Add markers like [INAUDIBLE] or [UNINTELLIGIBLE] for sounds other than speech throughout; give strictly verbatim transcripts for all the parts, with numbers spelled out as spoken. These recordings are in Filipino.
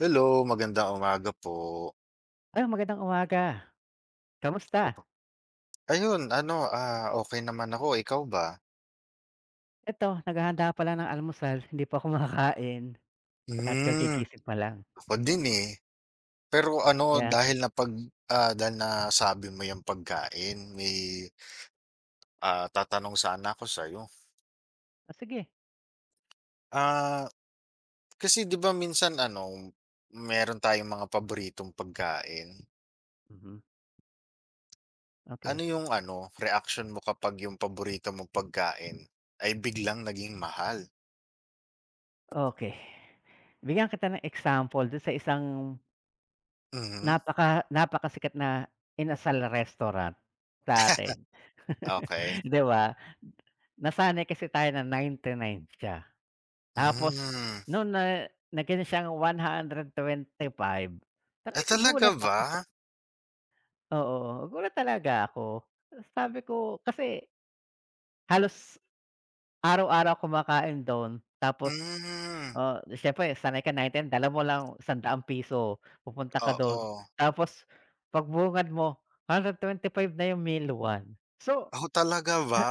Hello, magandang umaga po. Ay, magandang umaga. Kamusta? Opo. Ayun ano, ah, okay naman ako, ikaw ba? Eto, naghahanda pa ng almusal, hindi pa ako [LAUGHS] makakain at Hmm, kagigising pa lang. ako din, eh. Pero ano Yeah. dahil na pag ah, dahil nasabi mo yung pagkain may, ah, tatanong sana ako sa sa'yo. Oh, sige. Ah, kasi 'di ba minsan ano, meron tayong mga paboritong pagkain. Mhm, Ano okey. yung ano, reaction mo kapag yung paborito mong pagkain ay biglang naging mahal? Okey. Bigyan kita ng example dun sa isang Mhm, napaka napakasikat na inasal restaurant sa atin, okey. [LAUGHS] 'di ba? Nasanay kasi tayo na ninety-nine siya. Tapos Hmm, noon na naging siyang one hundred twenty-five, ah, talagang talaga nagulat. ba? Oo, nagulat talaga ako. Sabi ko kasi halos araw-araw kumakain don tapos, Hmm, ah, siyempre sanay ka nine, ten dala mo lang isang daang piso pupunta ka don oo. tapos pagbungad mo hundred twenty five na yung meal one. So, Ako talaga ah, ba?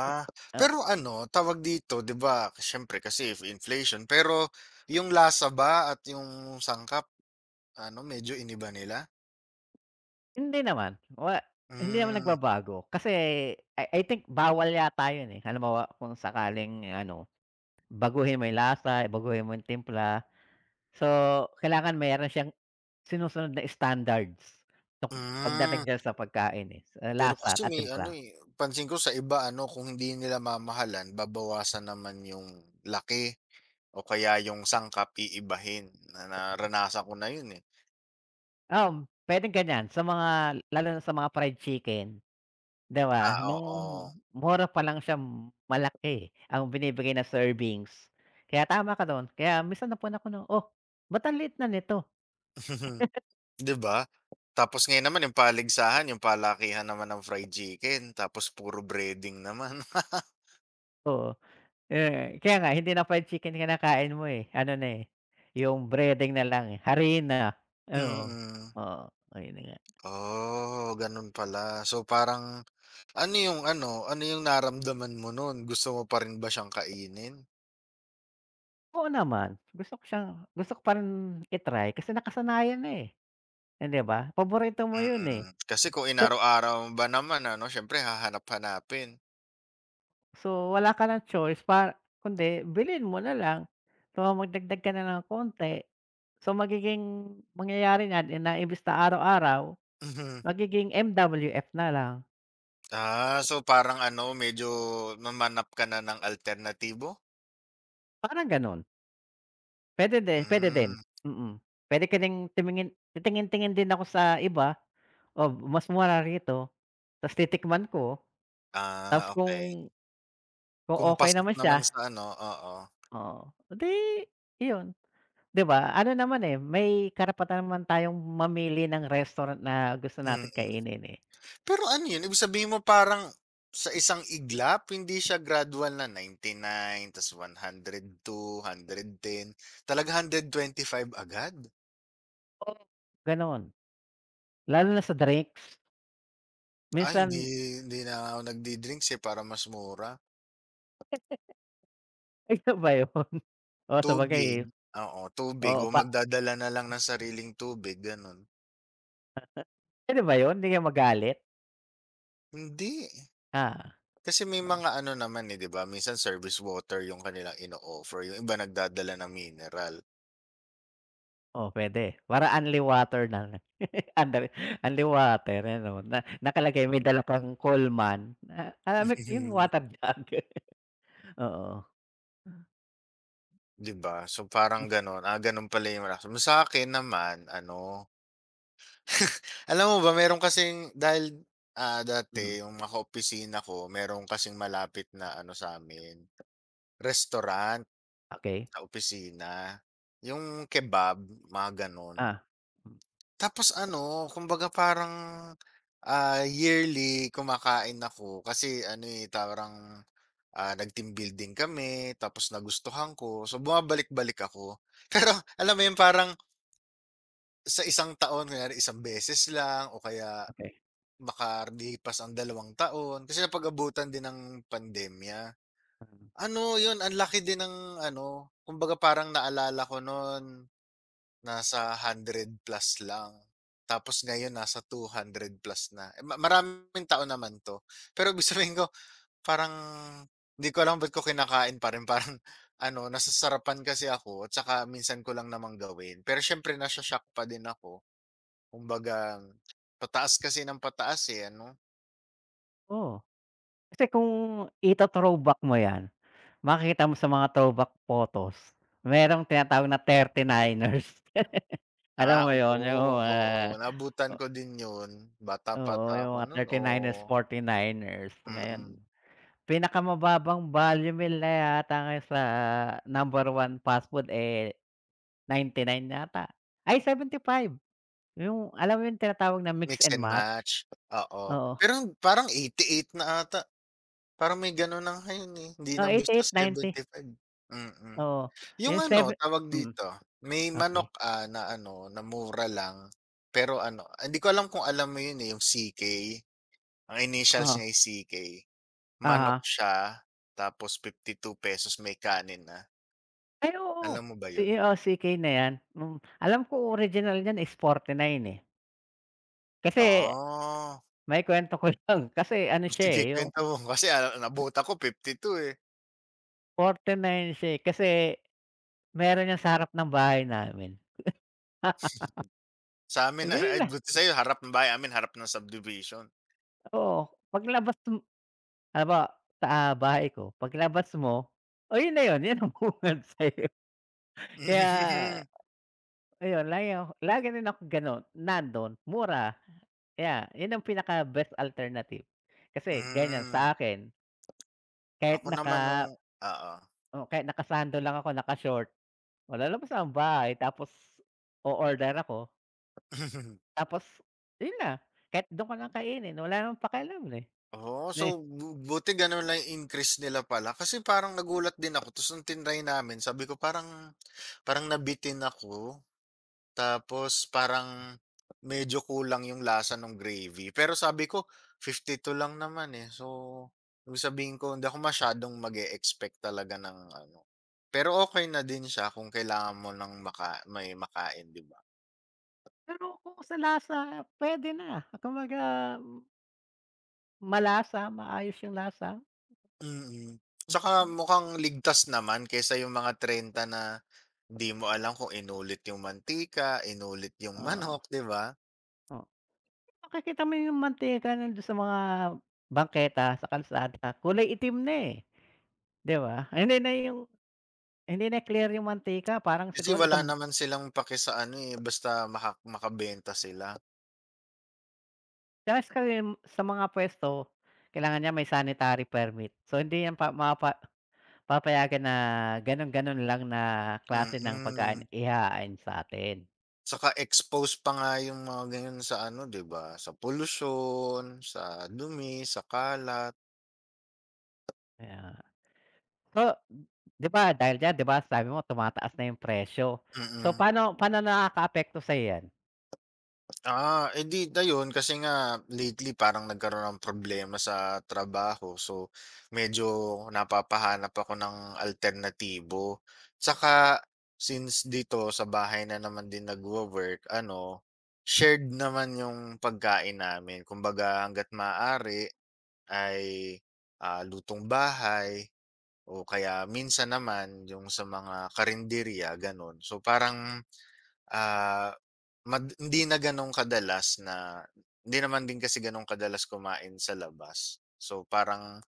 ah, Pero ano, tawag dito, 'di ba, siyempre kasi if inflation, pero yung lasa ba at yung sangkap ano, medyo iniba nila? hindi naman wa hindi naman Hmm, nagbabago kasi I I think bawal yata yun, eh. Halimbawa kung sakaling ano, baguhin mo yung lasa, baguhin mo yung timpla. So, kailangan meron siyang sinusunod na standards tok hmm. pagdating diyan sa pagkain, eh, sa Pero lasa kasi at may ano, timpla. eh, pansin ko sa iba ano, kung hindi nila mamahalan babawasan naman yung laki o kaya yung sangkap iibahin, na naranasan ko na yun, eh. Um, puwedeng ganyan sa mga lalo na sa mga fried chicken, 'di Ah, ba? Nung oo. mura pa lang siya malaki eh, ang binibigay na servings. Kaya tama ka dun, kaya minsan napunta ako ng, "Oh, ba't ang liit na nito?" [LAUGHS] 'Di ba? Tapos ngayon naman yung paligsahan, yung palakihan naman ng fried chicken tapos puro breading naman. [LAUGHS] Oo, eh, kaya nga hindi na fried chicken kinakain mo, eh, ano na, eh, yung breading na lang, eh, harina, oo. Mm. Oo, ayun na nga. Oh, gano'n pala. So parang ano yung ano, ano yung naramdaman mo nun? Gusto mo pa rin ba siyang kainin? Oo naman, gusto ko siyang gusto ko pa rin i-try kasi nakasanayan na, eh, hindi ba? Paborito mo yun, eh. Mm. Kasi kung So inaraw-araw mo ba naman ano, siyempre hahanap-hanapin. so wala ka ng choice pa kundi bilhin mo na lang. So magdagdag ka na ng konti. So magiging mangyayari niyan, eh, na imbes na araw-araw, Mhm. magiging M W F na lang, Ah, so parang ano, medyo mamanap ka na ng alternatibo? parang ganun. Puwede din puwede din, Hmm. mm. Puwede ka ding tumingin titingin-tingin din ako sa iba, "Oh, mas mura rito." Ta's titikman ko, ta's Ah, okay. kung kung Kung okey pasok naman naman siya. sa ano oo. Oo, 'di yun, 'di ba? Ano naman, eh, may karapatan naman tayong mamili ng restaurant na gusto natin Mm. kainin, eh. Pero ano yun, ibig sabihin mo parang sa isang iglap hindi siya gradual na ninety nine ta's one hundred two, one hundred ten talaga one hundred twenty five agad? Oo, gano'n. Lalo na sa drinks, Ah, hindi minsan hindi na ako nagdi-drinks, eh, para mas mura. [LAUGHS] ay, siya ba yun? Oo, sabagay, Tubig, eh, oo, tubig oo, o pa magdadala na lang ng sariling tubig gano'n. puwede ba yun? 'Di kayo magalit? Hindi, Ah, kasi may oh, mga ano naman, eh, 'di ba minsan service water yung kanilang ino-offer, yung iba nagdadala ng mineral. oo, puwede. Para only water na lang. [LAUGHS] Under only water, ano, na nakalagay may dala kang Coleman, na alam mo yung [LAUGHS] water jug. [LAUGHS] Oo, 'Di ba? So, parang gano'n, ah, gano'n pala yung reaksyon mo. Sa'kin naman ano, [LAUGHS] alam mo ba meron kasing dahil, ah, mm, dati yung mga opisina ko meron kasing malapit na ano sa sa'min, restaurant okey. sa opisina, yung kebab, mga gano'n. Ah, hmm, Tapos ano, kumbaga parang, ah, yearly kumakain ako kasi ano, eh, parang, ah, nag-team building kami tapos nagustuhan ko, so bumabalik-balik ako. [LAUGHS] Pero alam mo yun, parang sa isang taon kunyari isang beses lang o kaya okey. makalipas ang dalawang taon kasi napag-abutan din ng pandemya. Mm. Ano yun ang laki din ng ano, kumbaga parang naalala ko nun nasa one hundred plus lang, tapos ngayon nasa two hundred plus na. Eh, ma maraming taon naman 'to, pero ibig sabihin ko parang hindi ko alam ba't ko kinakain pa rin [LAUGHS] parang ano nasasarapan kasi ako at saka minsan ko lang namang gawin. Pero siyempre na-sho-shock pa din ako. Kumbaga, pataas kasi ng pataas, eh, ano? Oo, kasi kung ito-throwback mo 'yan, makikita mo sa mga throwback photos, merong tinatawag na thirty-niners. [LAUGHS] Ah, Alam mo 'yun, yung oo, mga oo, nabutan ko din 'yun. oo, Bata-bata yung ako mga nun thirty-niners, oo, forty-niners, ngayon mm. pinakamababang value meal na yata ngayon sa number one fast food, eh, ninety-nine yata, ay seventy-five. Yung alam mo yung tinatawag na mix Mix and and match? match, oo. Oo, Pero parang eighty-eight na ata, parang may gano'n na ngayon, eh, hindi oh, na basta eighty-eight, ninety, seventy-five. Mm. oo, Yung yung ano, seven tawag mm, dito, may manok, okay. ah, na ano, na mura lang, pero ano, hindi ko alam kung alam mo 'yun, eh, yung C K, ang initials niya Oo, ay C K. Manok aha. siya, tapos ₱fifty-two may kanin na. Ay oo, Alam mo ba si 'yun? oo, C K na 'yan, hmm, alam ko original niyan is forty-nine eh. Kasi Oh, maikwento ko [LAUGHS] lang, kasi ano [LAUGHS] siya sige eh, yung kuwento mo kasi, ah, nabota ko two eh. forty-nine siya eh, kasi meron 'yan sa harap ng bahay namin. [LAUGHS] Sa amin na Ganun ay lang, buti sa'yo harap ng bahay amin harap ng subdivision. oo, paglabas m halimbawa sa, ah, bahay ko, paglabas mo, oh, yun na yun, yun ang bungad sa'yo. [LAUGHS] [LAUGHS] Kaya Mhm. ayun, lagi ako lagi rin ako gano'n, nandun, mura, yeah, yun ang pinaka best alternative. Kasi ganyan Hmm, sa akin. Kahit ako naman nung naka oo. Oo, kahit naka-sando lang ako, naka-short, o lalabas ako ng bahay tapos o-order ako, [LAUGHS] tapos yun na, kahit dun ko lang kainin wala namang pakialam, eh, Oo, so ne bu buti gano'n lang yung increase nila pala kasi parang nagulat din ako ta's nung tinry namin sabi ko parang parang nabitin ako. Tapos parang medyo kulang yung lasa nung gravy. Pero sabi ko fifty-two lang naman, eh. So, ibig sabihin ko hindi ako masyadong mag expect talaga ng ano. Pero okay na din siya kung kailangan mo ng maka may makain, 'di ba? pero kung sa lasa puwede na, kumbaga malasa, maayos yung lasa. Mm. Tsaka [UNINTELLIGIBLE] mukhang ligtas naman kaysa yung mga thirty na di mo alam kung inulit yung mantika, inulit yung [LAUGHS] Oo, manok, 'di ba? oo. Makikita mo yung mantika nandun sa mga bangketa, sa kalsada kulay itim na, eh, 'di ba? Hindi na yung hindi na clear yung mantika parang Kasi siguro wala isang. naman silang pake sa ano, eh, basta maka makabenta sila. Tsaka sa kalim sa mga puwesto, kailangan niya may sanitary permit. So, hindi yan pa mapa papayagan na gano'n-gano'n lang na klase ng Mm. pagkain ihahain sa'tin. Tsaka expose pa nga yung mga ganyan sa ano, 'di ba, sa pollution, sa dumi, sa kalat, Kaya so, 'di ba dahil diyan, 'di ba sabi mo tumataas na yung presyo. So, mm. paano paano nakakaapekto sa'yo yan? Ah, edi di ayun kasi nga lately parang nagkaroon ng problema sa trabaho. So, medyo napapahanap ako ng alternatibo. Tsaka since dito sa bahay na naman din nagwo-work ano, shared naman yung pagkain namin. Kumbaga hangga't maaari ay, ah, lutong bahay o kaya minsan naman yung sa mga karinderya, gano'n. So, parang, ah, mad hindi na gano'n kadalas na hindi naman din kasi gano'n kadalas kumain sa labas. So, parang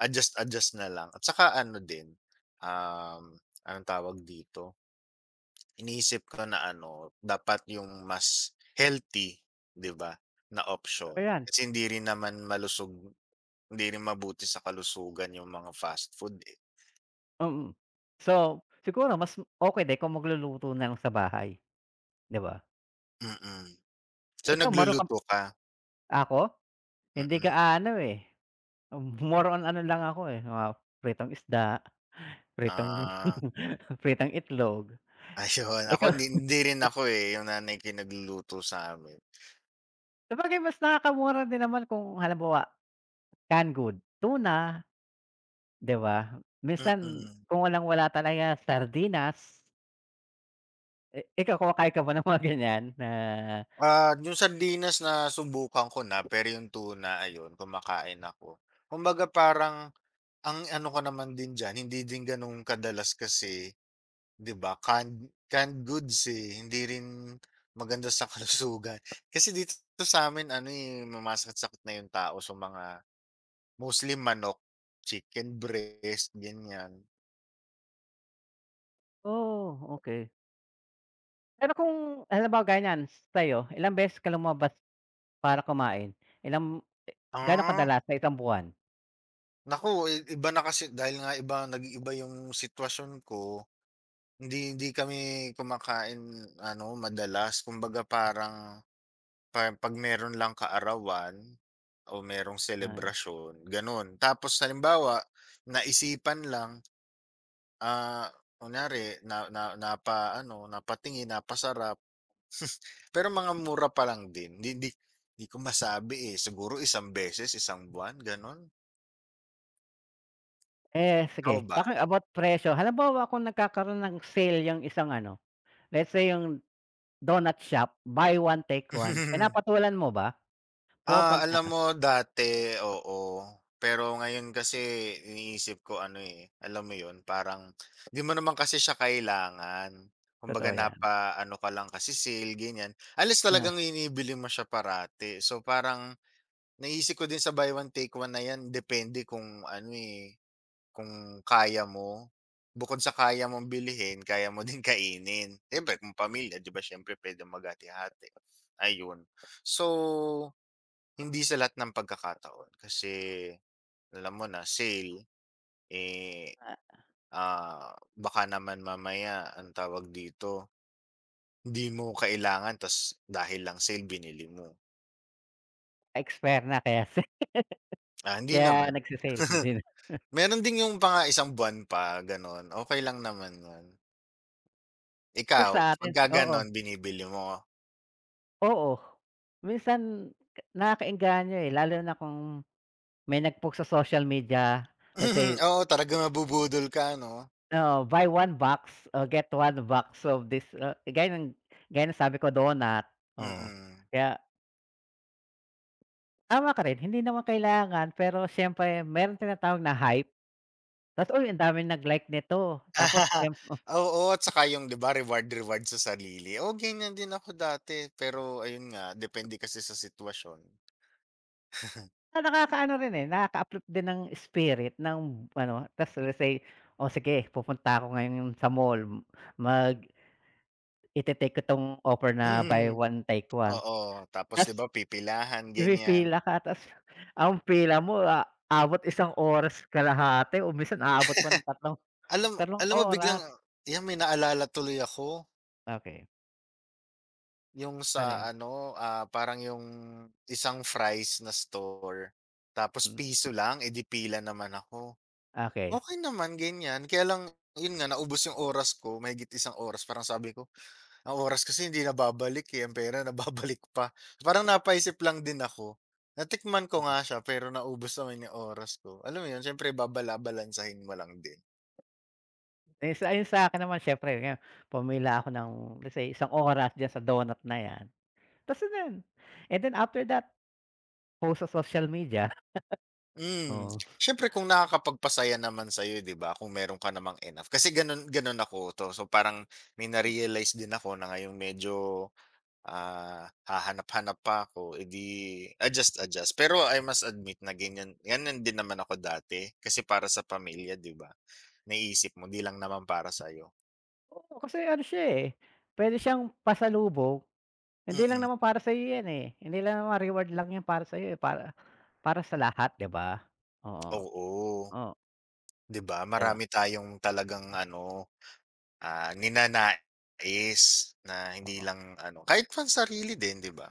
adjust-adjust na lang at saka ano din, um, anong tawag dito, iniisip ko na ano, dapat yung mas healthy, 'di ba, na option. Ayan, Kasi hindi rin naman malusog hindi rin mabuti sa kalusugan yung mga fast food, eh. mm. So, siguro mas okay din kung magluluto na lang sa bahay, 'di ba? Mm. So, Ikaw meron kang nagluluto ka? ako? Hindi ka Mm. ah, ano eh, more on ano lang ako, eh, mga pritong isda. Pritong Ah. [LAUGHS] pritong itlog. Ayun, ako Ikaw hindi hindi rin ako, eh, yung nanay ko yung nagluluto sa'min. [LAUGHS] sabagay mas nakakamura din naman kung halimbawa, canned good tuna, 'di ba? Minsan Mm. kung walang-wala talaga sardinas. I ikaw kumakain ka ba ng mga ganyan na Ah, yung sardinas nasubukan ko na, pero yung tuna ayun, kumakain ako. Kumbaga parang ang ano ko naman din diyan, hindi din gano'n kadalas kasi 'di ba canned canned goods, eh, hindi rin maganda sa [LAUGHS] kalusugan. Kasi dito sa'min ano, eh, sumasakit-sakit na yung tao sa mga mostly manok, chicken breast, ganyan. oh, okay. Pero kung halimbawa ganyan sa'yo, ilang beses ka lumabas para kumain? Ilang Gaano Ah. kadalas sa isang buwan? Naku, i iba na kasi dahil nga iba nag-iiba yung sitwasyon ko, hindi hindi kami kumakain ano, madalas. Kumbaga parang pa 'pag meron lang kaarawan o merong Ah, selebrasyon, gano'n. Tapos halimbawa, naisipan lang, ah, kunyari na na napa-ano, napatingin, napasarap. [LAUGHS] Pero mga mura pa lang din, hindi hindi hindi ko masabi, eh. Siguro isang beses, isang buwan, gano'n. eh, Ikaw sige, ba? talking about presyo. Halimbawa kung nagkakaroon ng sale yung isang ano, let's say yung donut shop, buy one take one, [LAUGHS] pinapatulan mo ba? Ah, Pumupunta alam ka? mo dati, oo. Pero ngayon kasi iniisip ko ano, eh, alam mo 'yun, parang 'di mo naman kasi siya kailangan. Kumbaga Totoo yan. napaano ka lang kasi sale, ganiyan. Alis talagang Oo, inibili mo siya parati. So, parang naisip ko din sa buy one take one na yan depende kung ano, eh, kung kaya mo. Bukod sa kaya mong bilhin, kaya mo din [LAUGHS] kainin. Siyempre kung pamilya 'di ba siyempre puwedeng maghati-hati, ayun. So, hindi sa lahat ng pagkakataon kasi alam mo na sale, eh, ah, ah, baka naman mamaya ang tawag dito, hindi mo kailangan ta's dahil lang sale binili mo. expire na kaya si Ah, [LAUGHS] hindi kaya naman. nagse-sale hindi [LAUGHS] na. Meron din yung pang isang buwan pa gano'n, okey lang naman 'yun. Kasi Ikaw, sa'tin pagka oo, gano'n binibili mo? [LAUGHS] oo. Minsan nakakaengganyo, eh, lalo na kung may nag-post sa social media, let's Mhm, say, oo, talagang nabubudol ka 'no? oo, buy one box or get one box of this, ah, gaya ng gaya ng sabi ko donut, oo. Mm. Kaya tama ka rin, hindi naman kailangan pero siyempre merong tinatawag na hype. Tapos, uy, ang daming nag-like nito. Tapos [LAUGHS] siyemp oh, Oo, at saka yung 'di ba reward-reward sa sarili. Oo, ganiyan din ako dati, pero ayun nga depende kasi sa sitwasyon. na nakakaano rin, eh, nakaka-uplift din ng spirit ng ano, tapos let's say, "Oh, sige pupunta ako ngayon sa mall, mag ite-take ko 'tong offer [LAUGHS] na buy Mhm, one take one." oo, tapos 'di Tapos ba pipilahan ganiyan. pipila ka tas ang pila mo aabot isang oras kalahati o minsan aabot pa ng tatlong Alam tatlong alam mo biglang oras. 'yan may naalala tuloy ako. Okey, Yung ano sa 'yun? ano, ah, parang yung isang fries na store, tapos Mm, piso lang, eh, di pila naman ako. okey. Okey naman ganyan, kaya lang yun nga naubos yung oras ko, mahigit isang oras parang sabi ko, ang oras kasi hindi na babalik, eh, ang pera [LAUGHS] nababalik pa. Parang napaisip lang din ako, natikman ko Mm. nga siya pero naubos naman yung oras ko. Alam mo yun siyempre babala-balansahin mo lang din. Eh, sa 'yun sa'kin naman siyempre nga pumila ako ng let's say isang oras diyan sa donut na 'yan. Tas yun, and then after that, post sa social media, Hmm, oo. siyempre kung nakakapagpasaya naman sa sa'yo 'di ba, kung meron ka namang enough. Kasi gano'n gano'n ako 'to, so parang may na-realize din ako na ngayong medyo, ah, hahanap-hanap pa ako, edi adjust-adjust. Pero I must admit na ganyan ganyan din naman ako dati, kasi para sa pamilya 'di ba, naiisip mo 'di lang naman para sa sa'yo. Oo, kasi ano siya, eh, puwede siyang pasalubong, hindi lang Mm, naman para sa'yo 'yan, eh, hindi lang naman reward lang 'yan para sa'yo, eh, para para sa lahat, 'di ba? Oo, oo, oh, 'di ba 'di ba? marami tayong talagang ano, ah, ninanais na hindi Oo. lang ano, kahit pansarili din 'di ba?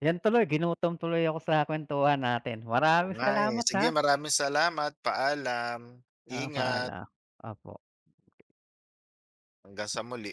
'Yan tuloy ginutom tuloy ako sa kuwentuhan natin. Oo Maraming nga, eh. salamat, Sige ha. maraming salamat, paalam, Oo, ingat, paalam. Opo. hanggang sa muli.